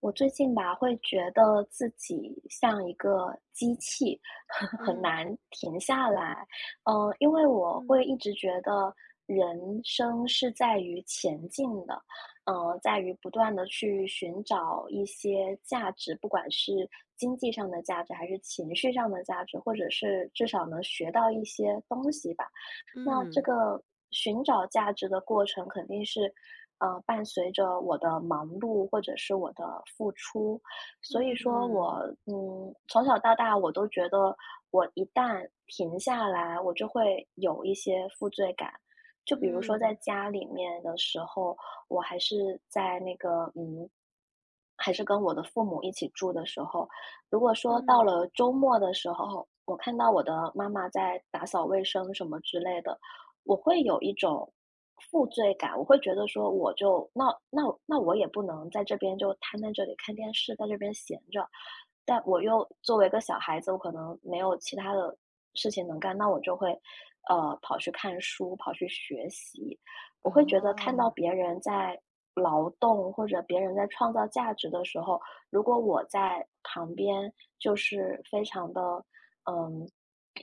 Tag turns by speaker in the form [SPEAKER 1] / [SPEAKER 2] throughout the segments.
[SPEAKER 1] 我最近吧，会觉得自己像一个机器，很
[SPEAKER 2] 嗯
[SPEAKER 1] 难停下来。嗯，因为我会
[SPEAKER 2] 嗯
[SPEAKER 1] 一直觉得人生是在于前进的，嗯，在于不断的去寻找一些价值，不管是经济上的价值，还是情绪上的价值，或者是至少能学到一些东西吧。那这
[SPEAKER 2] 嗯
[SPEAKER 1] 个寻找价值的过程肯定是，伴随着我的忙碌或者是我的付出，所以说我，
[SPEAKER 2] 嗯
[SPEAKER 1] 嗯，从小到大我都觉得我一旦停下来，我就会有一些负罪感。就比如说在
[SPEAKER 2] 嗯
[SPEAKER 1] 家里面的时候，我还是在那个，嗯，还是跟我的父母一起住的时候，如果说到
[SPEAKER 2] 嗯，
[SPEAKER 1] 了周末的时候，我看到我的妈妈在打扫卫生什么之类的，我会有一种负罪感，我会觉得说，我就那那那我也不能在这边就瘫在这里看电视，在这边闲着，但我又作为一个小孩子，我可能没有其他的事情能干，那我就会跑去看书，跑去学习，我会觉得看到
[SPEAKER 2] 哦，
[SPEAKER 1] 别人在劳动或者别人在创造价值的时候，如果我在旁边就是非常的，嗯，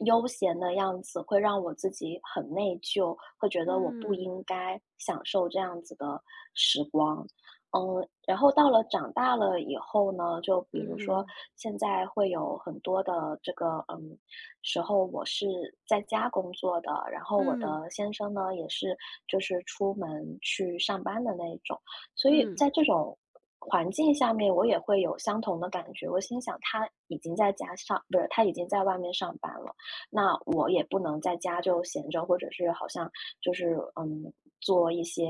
[SPEAKER 1] 悠闲的样子，会让我自己很内疚，会觉得我不
[SPEAKER 2] 嗯
[SPEAKER 1] 应该享受这样子的时光。嗯，然后到了长大了以后呢，就比如
[SPEAKER 2] 嗯
[SPEAKER 1] 说
[SPEAKER 2] 哼
[SPEAKER 1] 现在会有很多的这个，嗯，时候我是在家工作的，然后我的
[SPEAKER 2] 嗯
[SPEAKER 1] 先生呢也是就是出门去上班的那种。所以
[SPEAKER 2] 嗯
[SPEAKER 1] 在这种环境下面，我也会有相同的感觉。我心想，他已经在家上，不是，他已经在外面上班了，那我也不能在家就闲着，或者是好像就是嗯，做一些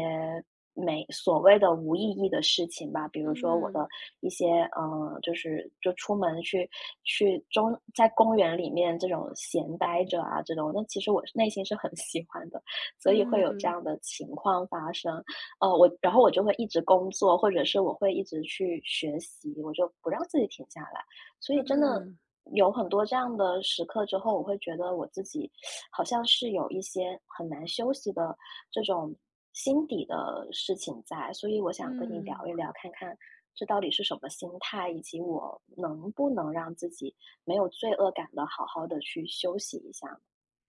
[SPEAKER 1] 没所谓的无意义的事情吧。比如说我的
[SPEAKER 2] 嗯
[SPEAKER 1] 一些嗯，就是就出门去在公园里面这种闲待着啊，这种，那其实我内心是很喜欢的，所以会
[SPEAKER 2] 嗯
[SPEAKER 1] 有这
[SPEAKER 2] 嗯
[SPEAKER 1] 样的情况发生。然后我就会一直工作，或者是我会一直去学习，我就不让自己停下来。所以真的
[SPEAKER 2] 嗯
[SPEAKER 1] 有很多这样的时刻之后，我会觉得我自己好像是有一些很难休息的这种心底的事情在，所以我想跟你聊
[SPEAKER 2] 嗯。
[SPEAKER 1] 一聊，看看这到底是什么心态，以及我能不能让自己没有罪恶感的好好的去休息一下。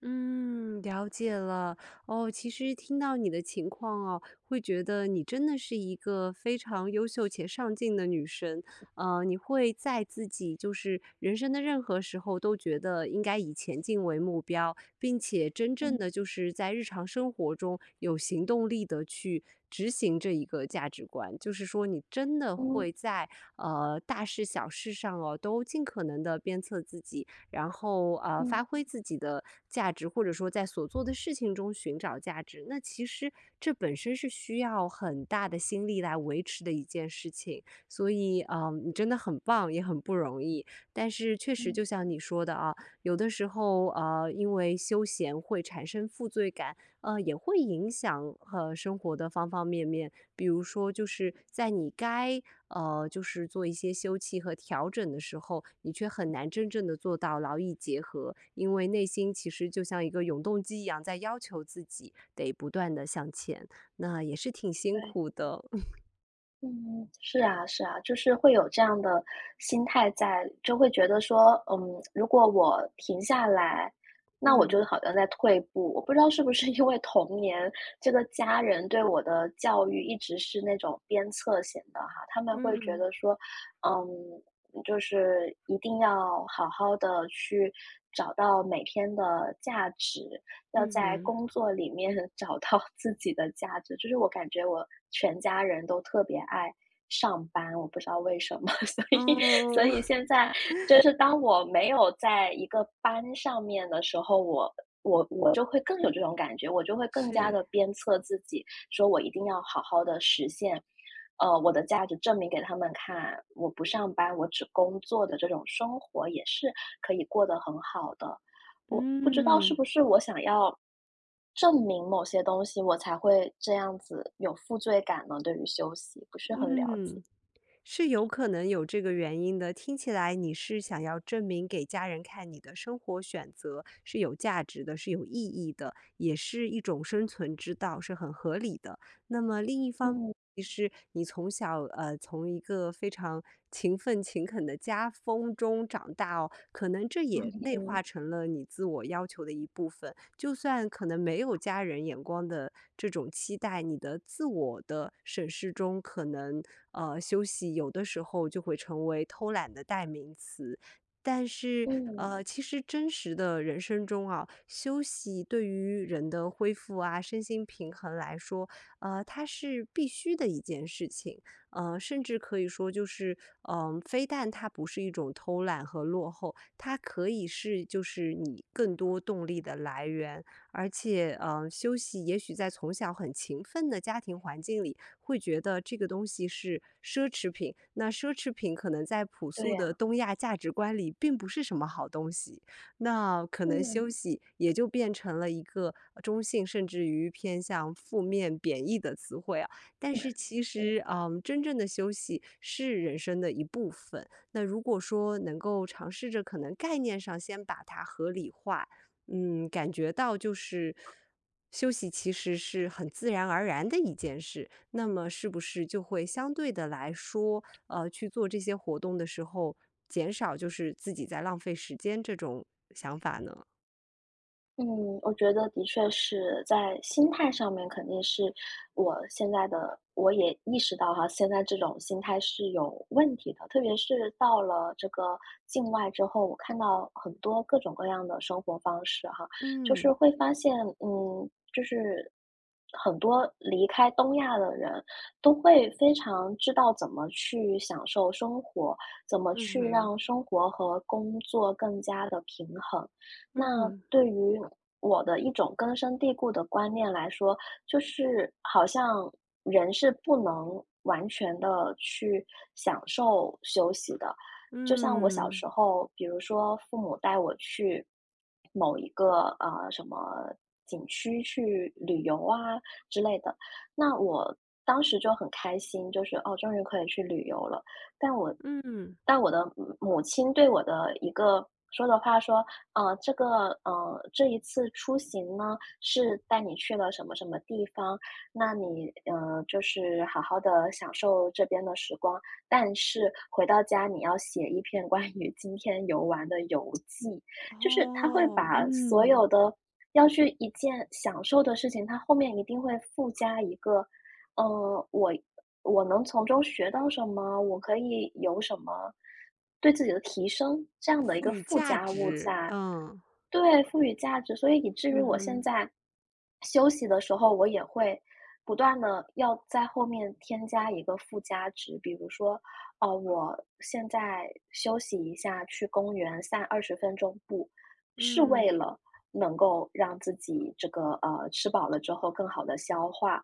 [SPEAKER 2] 嗯，了解了。哦，其实听到你的情况哦，会觉得你真的是一个非常优秀且上进的女生。你会在自己就是人生的任何时候都觉得应该以前进为目标，并且真
[SPEAKER 1] 嗯
[SPEAKER 2] 正的就是在日常生活中有行动力的去执行这一个价值观。就是说，你真的
[SPEAKER 1] 嗯
[SPEAKER 2] 会在大事小事上哦，都尽可能的鞭策自己，然后
[SPEAKER 1] 嗯
[SPEAKER 2] 发挥自己的价值，或者说在所做的事情中寻找价值。那其实这本身是需要很大的心力来维持的一件事情，所以你真的很棒，也很不容易。但是确实，
[SPEAKER 1] 嗯，
[SPEAKER 2] 就像你说的啊，有的时候因为休闲会产生负罪感，也会影响生活的方方面面。比如说，就是在你该就是做一些休憩和调整的时候，你却很难真正的做到劳逸结合，因为内心其实就像一个永动机一样，在要求自己得不断的向前，那也是挺辛
[SPEAKER 1] 对。
[SPEAKER 2] 苦的。
[SPEAKER 1] 嗯，是啊，是啊，就是会有这样的心态在，就会觉得说，嗯，如果我停下来，那我就
[SPEAKER 2] 嗯
[SPEAKER 1] 好像在退步。我不知道是不是因为童年这个家人对我的教育一直是那种鞭策型的哈，他们会觉
[SPEAKER 2] 嗯
[SPEAKER 1] 得说，嗯，就是一定要好好的去找到每天的价值，要在
[SPEAKER 2] 嗯
[SPEAKER 1] 工作里面 找到自己的价值。就是我感觉我全家人都特别爱上班，我不知道为什么，所
[SPEAKER 2] 哼，
[SPEAKER 1] 以所
[SPEAKER 2] 哦，
[SPEAKER 1] 以现在就是当我没有在一个班上面的时候，我就会更有这种感觉，我就会 更加
[SPEAKER 2] 是，
[SPEAKER 1] 的鞭策自己，说我一定要好好的实现，我的价值证明给他们看，我不上班，我只工作的这种生活也是可以过得很好的。我不知道是
[SPEAKER 2] 嗯
[SPEAKER 1] 不是我想要证明某些东西，我才会这样子有负罪感呢？对于休息不是很了解。
[SPEAKER 2] 嗯。是有可能有这个原因的。听起来你是想要证明给家人看你的生活选择是有价值的，是有意义的，也是一种生存之道，是很合理的。那么另一方面
[SPEAKER 1] 嗯
[SPEAKER 2] 其实你从小从一个非常勤奋勤恳的家风中长大哦，可能这也 内
[SPEAKER 1] 嗯
[SPEAKER 2] 化成了你自我要求的一部分。就算可能没有家人眼光的这种期待，你的自我的审视中，可能休息有的时候就会成为偷懒的代名词。但是，
[SPEAKER 1] 嗯，
[SPEAKER 2] 其实真实的人生中啊，休息对于人的恢复啊、身心平衡来说，它是必须的一件事情。甚至可以说就是，非但它不是一种偷懒和落后，它可以是就是你更多动力的来源。而且，休息也许在从小很勤奋的家庭环境里，会觉得这个东西是奢侈品，那奢侈品可能在朴
[SPEAKER 1] 对
[SPEAKER 2] 素
[SPEAKER 1] 呀，
[SPEAKER 2] 的东亚价值观里并不是什么好东西，那可能
[SPEAKER 1] 嗯，
[SPEAKER 2] 休息也就变成了一个中性甚至于偏向负面贬义的词汇啊。但是其
[SPEAKER 1] 是。
[SPEAKER 2] 实，真正的休息是人生的一部分。那如果说能够尝试着可能概念上先把它合理化，感觉到就是休息其实是很自然而然的一件事，那么是不是就会相对的来说，去做这些活动的时候，减少就是自己在浪费时间这种想法呢？
[SPEAKER 1] 嗯，我觉得的确是在心态上面肯定是我现在的我也意识到哈，现在这种心态是有问题的。特别是到了这个境外之后，我看到很多各种各样的生活方式哈，就是
[SPEAKER 2] 嗯
[SPEAKER 1] 会发现，嗯，就是很多离开东亚的人都会非常知道怎么去享受生活，怎么
[SPEAKER 2] 嗯
[SPEAKER 1] 去
[SPEAKER 2] 哼，
[SPEAKER 1] 让生活和工作更加的平衡。那
[SPEAKER 2] 嗯
[SPEAKER 1] 对于我的一种根深蒂固的观念来说，就是好像人是不能完全的去享受休息的。就像我小
[SPEAKER 2] 嗯
[SPEAKER 1] 时候，比如说父母带我去某一个，什么景区去旅游啊之类的，那我当时就很开心，就是，哦，终于可以去旅游了。但我
[SPEAKER 2] 嗯。
[SPEAKER 1] 但我的母亲对我的一个说的话说，呃，这个这一次出行呢，是带你去了什么什么地方，那你就是好好的享受这边的时光，但是回到家你要写一篇关于今天游玩的游记，就是他会
[SPEAKER 2] 哦，
[SPEAKER 1] 把所
[SPEAKER 2] 嗯，
[SPEAKER 1] 有的要去一件享受的事情，他后面一定会附加一个呃，我我能从中学到什么？我可以有什么对自己的提升？这样的一
[SPEAKER 2] 赋
[SPEAKER 1] 个
[SPEAKER 2] 予
[SPEAKER 1] 附
[SPEAKER 2] 价
[SPEAKER 1] 加物
[SPEAKER 2] 值，
[SPEAKER 1] 在
[SPEAKER 2] 嗯，
[SPEAKER 1] 对，赋予价值。所以以至于
[SPEAKER 2] 嗯
[SPEAKER 1] 我现
[SPEAKER 2] 哼，
[SPEAKER 1] 在休息的时候，我也会不断的要在后面添加一个附加值。比如说，我现在休息一下，去公园散20分钟步，是为
[SPEAKER 2] 嗯，
[SPEAKER 1] 了能够让自己这个，吃饱了之后更好的消化。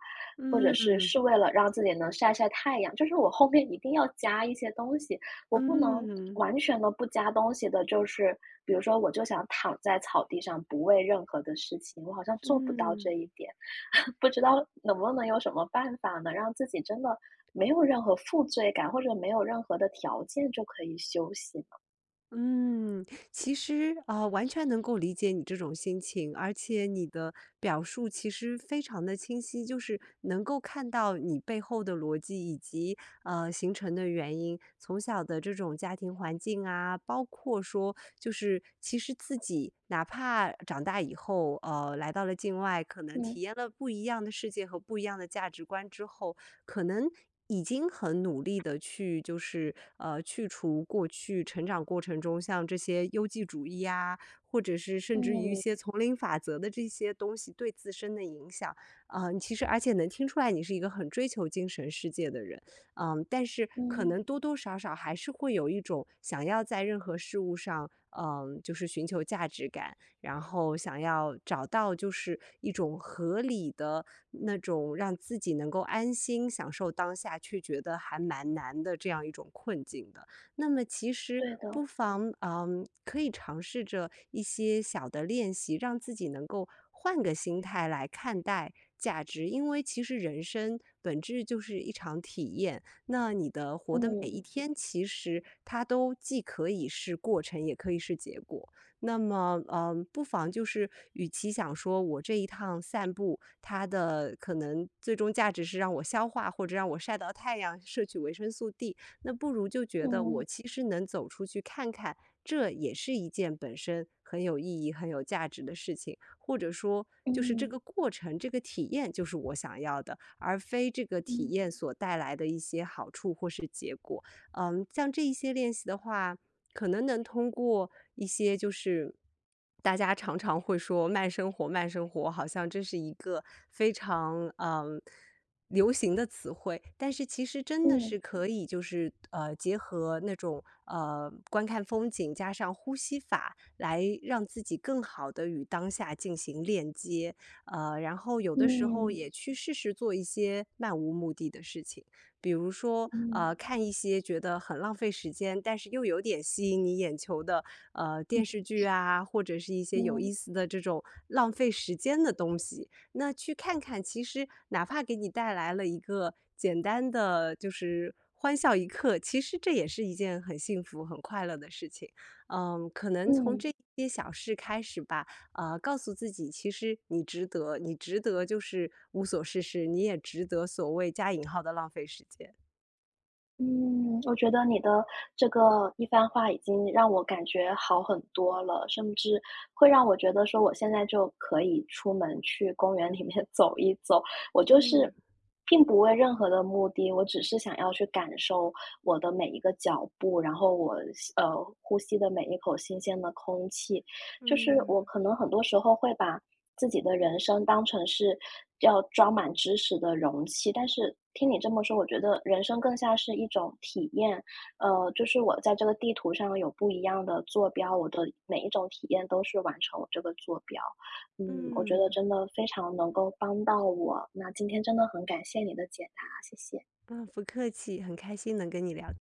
[SPEAKER 1] 或者是
[SPEAKER 2] 嗯，
[SPEAKER 1] 是为了让自己能晒晒太阳，就是我后面一定要加一些东西，我不能
[SPEAKER 2] 嗯，
[SPEAKER 1] 完全的不加东西的，就是比如说我就想躺在草地上不为任何的事情，我好像做不到这
[SPEAKER 2] 嗯。
[SPEAKER 1] 一点，不知道能不能有什么办法呢，让自己真的没有任何负罪感，或者没有任何的条件就可以休息呢？
[SPEAKER 2] 嗯，其实啊，完全能够理解你这种心情，而且你的表述其实非常的清晰，就是能够看到你背后的逻辑以及形成的原因，从小的这种家庭环境啊，包括说就是其实自己哪怕长大以后，来到了境外，可能
[SPEAKER 1] 嗯
[SPEAKER 2] 体验了不一样的世界和不一样的价值观之后，可能已经很努力的去就是，去除过去成长过程中像这些优绩主义啊，或者是甚至于一
[SPEAKER 1] 嗯
[SPEAKER 2] 些丛林法则的这些东西对自身的影响。你其实而且能听出来你是一个很追求精神世界的人，但是可
[SPEAKER 1] 嗯，
[SPEAKER 2] 能多多少少还是会有一种想要在任何事物上，就是寻求价值感，然后想要找到就是一种合理的那种让自己能够安心享受当下，却觉得还蛮难的这样一种困境的。那么其实
[SPEAKER 1] 对的，
[SPEAKER 2] 不妨，可以尝试着一些小的练习，让自己能够换个心态来看待价值。因为其实人生本质就是一场体验，那你的活的每一
[SPEAKER 1] 嗯
[SPEAKER 2] 天，其实它都既可以是过程，也可以是结果。那么，不妨就是，与其想说我这一趟散步，它的可能最终价值是让我消化或者让我晒到太阳，摄取维生素 D，那不如就觉得我
[SPEAKER 1] 嗯
[SPEAKER 2] 其实能走出去看看，这也是一件本身很有意义、很有价值的事情，或者说就是这
[SPEAKER 1] 嗯
[SPEAKER 2] 个过程、这个体验就是我想要的，而非这个体
[SPEAKER 1] 嗯
[SPEAKER 2] 验所带来的一些好处或是结果。像这一些练习的话。可能能通过一些就是大家常常会说慢生活，慢生活，好像这是一个非常流行的词汇，但是其实真的
[SPEAKER 1] 嗯
[SPEAKER 2] 是可以，就是结合那种观看风景加上呼吸法，来让自己更好的与当下进行链接，然后有的时候
[SPEAKER 1] 嗯
[SPEAKER 2] 也去试试做一些漫无目的的事情。比如说，
[SPEAKER 1] 嗯
[SPEAKER 2] 看一些觉得很浪费时间，但是又有点吸引你眼球的，电视剧啊，或者是一些有
[SPEAKER 1] 嗯
[SPEAKER 2] 意思的这种浪费时间的东西。那去看看，其实哪怕给你带来了一个简单的就是欢笑一刻，其实这也是一件很幸福、很快乐的事情。可能从
[SPEAKER 1] 嗯。
[SPEAKER 2] 这些小事开始吧，啊，告诉自己，其实你值得，你值得就是无所事事，你也值得所谓加引号的浪费时间。
[SPEAKER 1] 嗯，我觉得你的这个一番话已经让我感觉好很多了，甚至会让我觉得说我现在就可以出门去公园里面 走一走。我就是
[SPEAKER 2] 嗯
[SPEAKER 1] 并不为任何的目的，我只是想要去感受我的每一个脚步，然后我呼吸的每一口新鲜的空气。就是我
[SPEAKER 2] 嗯
[SPEAKER 1] 可能很多时候会把自己的人生当成是要装满知识的容器，但是听你这么说，我觉得人生更像是一种体验。就是我在这个地图上有不一样的坐标，我的每一种体验都是完成我这个坐标。嗯，我觉得
[SPEAKER 2] 嗯
[SPEAKER 1] 真的非常能够帮到我。那今天真的很感谢你的解答，谢谢。
[SPEAKER 2] 啊，不客气，很开心能跟你聊天